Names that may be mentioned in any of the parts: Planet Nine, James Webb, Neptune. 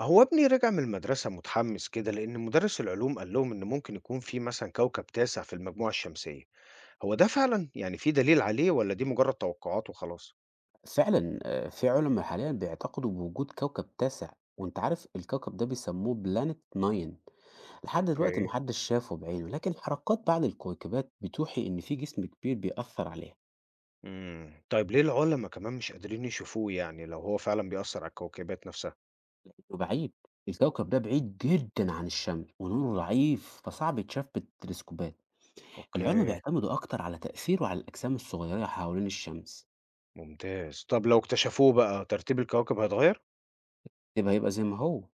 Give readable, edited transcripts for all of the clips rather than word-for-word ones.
هو ابني رجع من المدرسة متحمس كده لأن مدرس العلوم قال لهم إن ممكن يكون في مثلا كوكب تاسع في المجموعة الشمسية، هو ده فعلا يعني في دليل عليه ولا دي مجرد توقعات وخلاص؟ فعلًا في علما حاليًا بيعتقدوا بوجود كوكب تاسع، وأنت عارف الكوكب ده بيسموه Planet Nine. لحد دلوقتي ما اوكي. حدش شافه بعينه، لكن حركات بعض الكويكبات بتوحي إن في جسم كبير بيأثر عليها طيب، ليه العلماء كمان مش قادرين يشوفوه، يعني لو هو فعلا بيأثر على الكوكبات نفسها؟ وبعيد، الكوكب ده بعيد جدًا عن الشمس ونوره ضعيف فصعب يتشاف بالتلسكوبات، العلما اوكي. بيعتمدوا أكتر على تأثيره على الأجسام الصغيرة حوالين الشمس، ممتاز، طب لو اكتشفوه بقى ترتيب الكواكب هيتغير؟ يبقى هيبقى زي ما هو،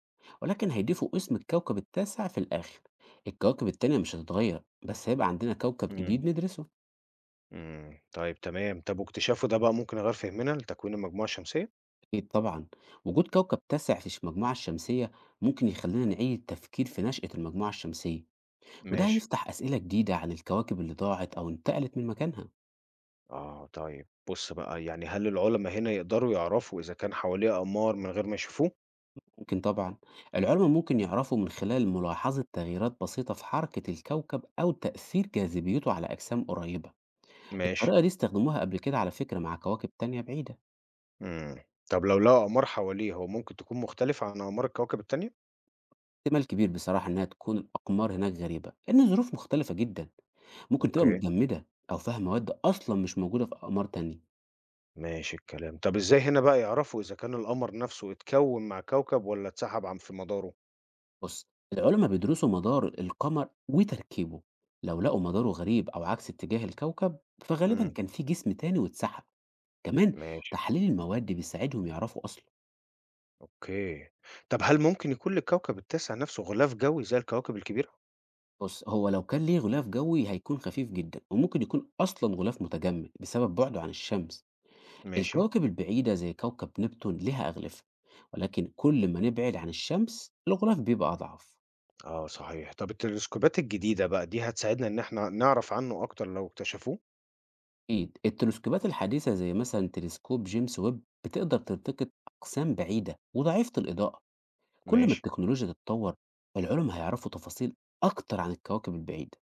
ولكن هيضيفوا اسم الكوكب التاسع في الآخر، الكواكب التانية مش هتتغير بس هيبقى عندنا كوكب امم جديد ندرسه. طيب تمام، طب واكتشافه ده بقى ممكن يغير فهمنا لتكوين المجموعة الشمسية؟ أكيد طبعًا، وجود كوكب تاسع في المجموعة الشمسية ممكن يخلّينا نعيد التفكير في نشأة المجموعة الشمسية، وده ماشي. هيفتح أسئلة جديدة عن الكواكب اللي ضاعت أو انتقلت من مكانها، آه، طيب بُص بقى، يعني هل العُلما هنا يقدروا يعرفوا إذا كان حواليه أقمار من غير ما يشوفوه؟ ممكن طبعًا. العلماء ممكن يعرفوا من خلال ملاحظة تغييرات بسيطة في حركة الكوكب أو تأثير جاذبيته على أجسام قريبة، ماشي. الطريقة دي استخدموها قبل كده على فكرة مع كواكب تانية بعيدة، إمم. طب لو لقوا أقمار حواليه هو ممكن تكون مختلفة عن أقمار الكواكب التانية؟ احتمال كبير بصراحة إنها تكون الأقمار هناك غريبة، لأن الظروف مختلفة جدًا، ممكن تبقى أوكي، متجمدة أو فيها مواد أصلًا مش موجودة في أقمار تانية. ماشي الكلام. طب إزاي هنا بقى يعرفوا إذا كان القمر نفسه اتكوّن مع كوكب والّا اتسحب عن في مداره؟ بص، العلماء بيدرسوا مدار القمر وتركيبه، لو لقوا مداره غريب أو عكس اتجاه الكوكب فغالبا إمم، كان في جسم تاني واتسحب، كمان ماشي، تحليل المواد بيساعدهم يعرفوا أصله. أوكي. طب هل ممكن يكون للكوكب التاسع نفسه غلاف جوي زي الكواكب الكبيرة؟ بص هو لو كان ليه غلاف جوي هيكون خفيف جدا وممكن يكون أصلا غلاف متجمد بسبب بعده عن الشمس. ماشي. الكواكب البعيدة زي كوكب نبتون لها أغلفة، ولكن كل ما نبعد عن الشمس الغلاف بيبقى أضعف. آه صحيح. طب التلسكوبات الجديدة بقى دي هتساعدنا إن إحنا نعرف عنه أكتر لو اكتشفوه؟ أكيد التلسكوبات الحديثة زي مثلا تلسكوب جيمس ويب بتقدر تلتقط أقسام بعيدة وضعيفة الإضاءة، كل ما ماشي. التكنولوجيا تتطور العلماء هيعرفوا تفاصيل أكتر عن الكواكب البعيدة.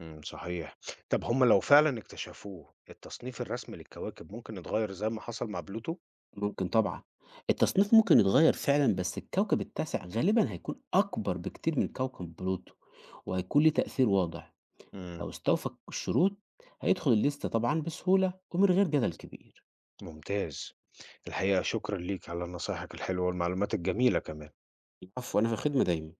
إمم، صحيح. طب هم لو فعلًا اكتشفوه، التصنيف الرسمي للكواكب ممكن يتغير زي ما حصل مع بلوتو؟ ممكن طبعا، التصنيف ممكن يتغير فعلا، بس الكوكب التاسع غالبا هيكون أكبر بكتير من كوكب بلوتو وهيكون ليه تأثير واضح، إمم، لو استوفى الشروط هيدخل الليستة طبعا بسهولة ومن غير جدل كبير. ممتاز. الحقيقة شكرًا ليك على نصايحك الحلوة والمعلومات الجميلة كمان. العفو، أنا في الخدمة دايما.